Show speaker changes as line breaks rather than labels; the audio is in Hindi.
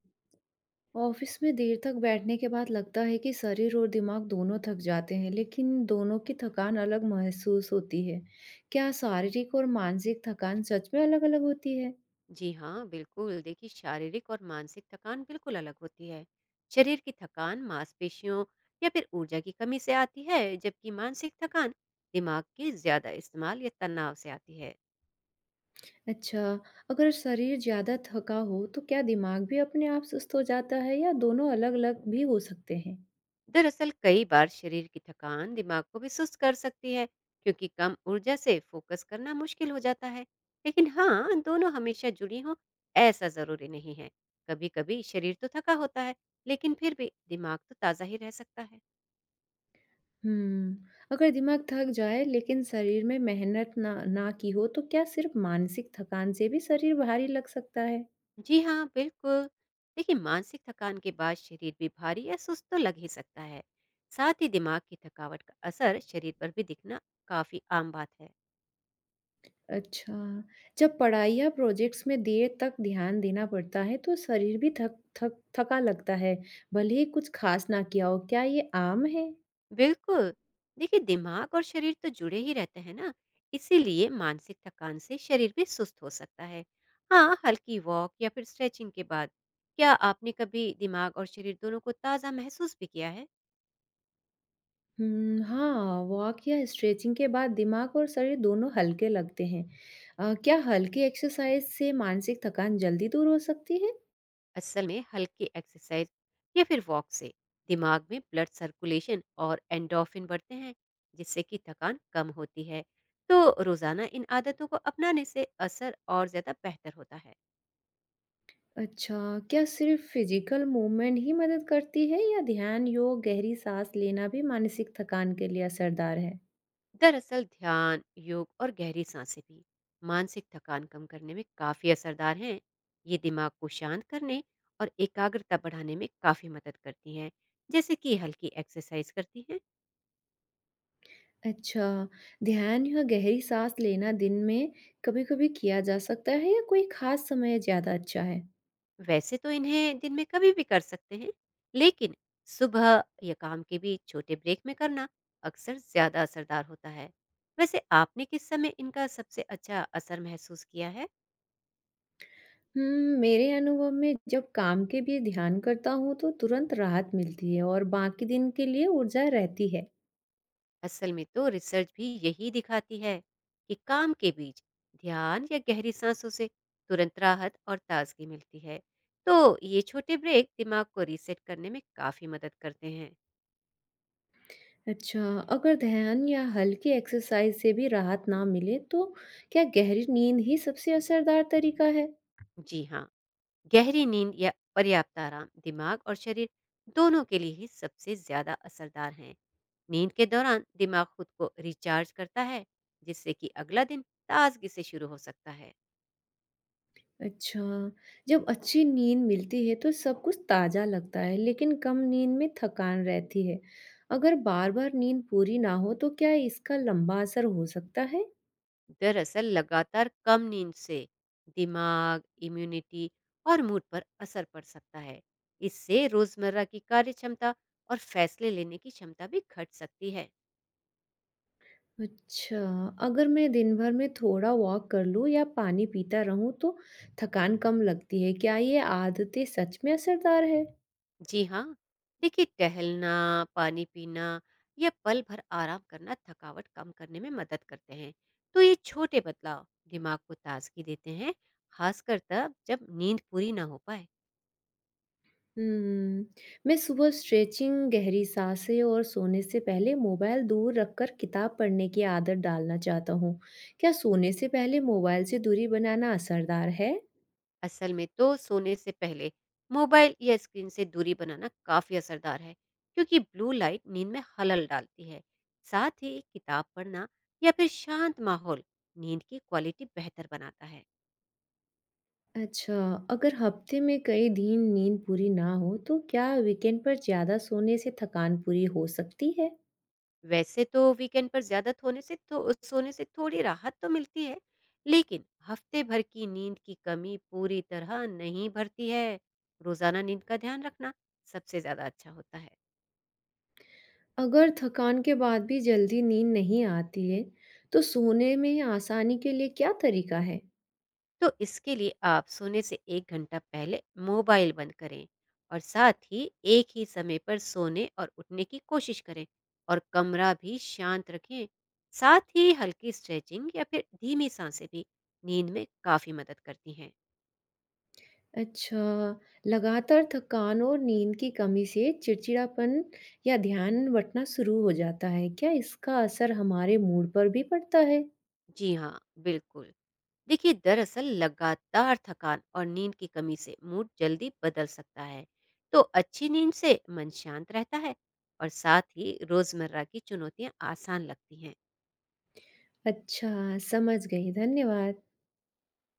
ऑफिस में देर तक बैठने के बाद लगता है कि शरीर और दिमाग दोनों थक जाते हैं, लेकिन दोनों की थकान अलग महसूस होती है। क्या शारीरिक और मानसिक थकान सच में अलग-अलग होती है?
जी हाँ बिल्कुल। देखिए शारीरिक और मानसिक थकान बिल्कुल अलग होती है। शरीर की थकान मांसपेशियों या फिर ऊर्जा की कमी से आती है, जबकि मानसिक थकान दिमाग के ज्यादा इस्तेमाल या तनाव से आती है।
अच्छा, अगर शरीर ज़्यादा थका हो, तो क्या दिमाग भी अपने आप सुस्त हो जाता है या दोनों अलग-अलग भी हो सकते हैं?
दरअसल कई बार शरीर की थकान दिमाग को भी सुस्त कर सकती है, क्योंकि कम ऊर्जा से फोकस करना मुश्किल हो जाता है। लेकिन हाँ, दोनों हमेशा जुड़ी हों, ऐसा जरूरी नहीं है। कभी कभी शरीर तो थका होता है, लेकिन फिर भी दिमाग तो ताज़ा ही रह सकता है।
हम्म, अगर दिमाग थक जाए लेकिन शरीर में मेहनत ना ना की हो, तो क्या सिर्फ मानसिक थकान से भी शरीर भारी लग सकता है?
जी हाँ बिल्कुल। देखिए मानसिक थकान के बाद शरीर भी भारी या सुस्त तो लग ही सकता है। साथ ही दिमाग की थकावट का असर शरीर पर भी दिखना काफी आम बात है।
अच्छा, जब पढ़ाई या प्रोजेक्ट्स में देर तक ध्यान देना पड़ता है तो शरीर भी थक थक थका लगता है, भले ही कुछ खास ना किया हो। क्या ये आम है?
बिल्कुल। देखिए दिमाग और शरीर तो जुड़े ही रहते हैं ना, इसीलिए मानसिक थकान से शरीर भी सुस्त हो सकता है। हाँ, हल्की वॉक या फिर स्ट्रेचिंग के बाद क्या आपने कभी दिमाग और शरीर दोनों को ताज़ा महसूस भी किया है?
हुँ, हाँ, वॉक या स्ट्रेचिंग के बाद दिमाग और शरीर दोनों हल्के लगते हैं। क्या हल्की एक्सरसाइज से मानसिक थकान जल्दी दूर हो सकती है?
असल में हल्की एक्सरसाइज या फिर वॉक से दिमाग में ब्लड सर्कुलेशन और एंडोफिन बढ़ते हैं, जिससे कि थकान कम होती है। तो रोजाना इन आदतों को अपनाने से असर और ज्यादा बेहतर होता है।
अच्छा, क्या सिर्फ फिजिकल मूवमेंट ही मदद करती है या ध्यान, योग, गहरी सांस लेना भी मानसिक थकान के लिए असरदार है?
दरअसल ध्यान, योग और गहरी सांसें भी मानसिक थकान कम करने में काफी असरदार हैं। ये दिमाग को शांत करने और एकाग्रता बढ़ाने में काफी मदद करती हैं, जैसे कि हल्की एक्सरसाइज करती हैं।
अच्छा, ध्यान या गहरी साँस लेना दिन में कभी-कभी किया जा सकता है या कोई ख़ास समय ज़्यादा अच्छा है?
वैसे तो इन्हें दिन में कभी भी कर सकते हैं, लेकिन सुबह या काम के बीच छोटे ब्रेक में करना अक्सर ज्यादा असरदार होता है। वैसे आपने किस समय इनका सबसे अच्छा असर महसूस किया है?
हुँ, मेरे अनुभव में जब काम के बीच ध्यान करता हूँ तो तुरंत राहत मिलती है और बाकी दिन के लिए ऊर्जा रहती है।
असल में तो रिसर्च भी यही दिखाती है कि काम के बीच ध्यान या गहरी सांसों से तुरंत राहत और ताजगी मिलती है। तो ये छोटे ब्रेक दिमाग को रीसेट करने में काफी मदद करते हैं।
अच्छा, अगर ध्यान या हल्की एक्सरसाइज़ से भी राहत ना मिले तो क्या गहरी नींद ही सबसे असरदार तरीका है?
जी हाँ। गहरी नींद या पर्याप्त आराम दिमाग और शरीर दोनों के लिए ही सबसे ज्यादा असरदार हैं। नींद के दौरान दिमाग खुद को रिचार्ज करता है, जिससे कि अगला दिन ताजगी से शुरू हो सकता है।
अच्छा, जब अच्छी नींद मिलती है तो सब कुछ ताज़ा लगता है, लेकिन कम नींद में थकान रहती है। अगर बार-बार नींद पूरी ना हो तो क्या इसका लंबा असर हो सकता है?
दरअसल लगातार कम नींद से दिमाग, इम्यूनिटी और मूड पर असर पड़ सकता है। इससे रोजमर्रा की कार्य क्षमता और फैसले लेने की क्षमता भी घट सकती है।
अच्छा, अगर मैं दिन भर में थोड़ा वॉक कर लूँ या पानी पीता रहूँ तो थकान कम लगती है। क्या ये आदतें सच में असरदार है?
जी हाँ। देखिए टहलना, पानी पीना या पल भर आराम करना थकावट कम करने में मदद करते हैं। तो ये छोटे बदलाव दिमाग को ताजगी देते हैं, खासकर तब जब नींद पूरी ना हो पाए।
हम्म, मैं सुबह स्ट्रेचिंग, गहरी सांसें और सोने से पहले मोबाइल दूर रखकर किताब पढ़ने की आदत डालना चाहता हूँ। क्या सोने से पहले मोबाइल से दूरी बनाना असरदार है?
असल में तो सोने से पहले मोबाइल या स्क्रीन से दूरी बनाना काफी असरदार है, क्योंकि ब्लू लाइट नींद में खलल डालती है। साथ ही किताब पढ़ना या फिर शांत माहौल नींद की क्वालिटी बेहतर बनाता है।
अच्छा, अगर हफ्ते में कई दिन नींद पूरी ना हो, तो क्या वीकेंड पर ज़्यादा सोने से थकान पूरी हो सकती है?
वैसे तो वीकेंड पर ज़्यादा थोने से थो सोने से थोड़ी राहत तो मिलती है, लेकिन हफ्ते भर की नींद की कमी पूरी तरह नहीं भरती है। रोज़ाना नींद का ध्यान रखना सबसे ज़्यादा अच्छा होता है।
अगर थकान के बाद भी जल्दी नींद नहीं आती है, तो सोने में आसानी के लिए क्या तरीका है?
तो इसके लिए आप सोने से 1 घंटा पहले मोबाइल बंद करें, और साथ ही एक ही समय पर सोने और उठने की कोशिश करें, और कमरा भी शांत रखें। साथ ही हल्की स्ट्रेचिंग या फिर धीमी साँसें भी नींद में काफ़ी मदद करती हैं।
अच्छा, लगातार थकान और नींद की कमी से चिड़चिड़ापन या ध्यान बँटना शुरू हो जाता है। क्या इसका असर हमारे मूड पर भी पड़ता है?
जी हाँ, बिल्कुल। देखिए दरअसल लगातार थकान और नींद की कमी से मूड जल्दी बदल सकता है। तो अच्छी नींद से मन शांत रहता है, और साथ ही रोजमर्रा की चुनौतियां आसान लगती हैं।
अच्छा, समझ गई। धन्यवाद।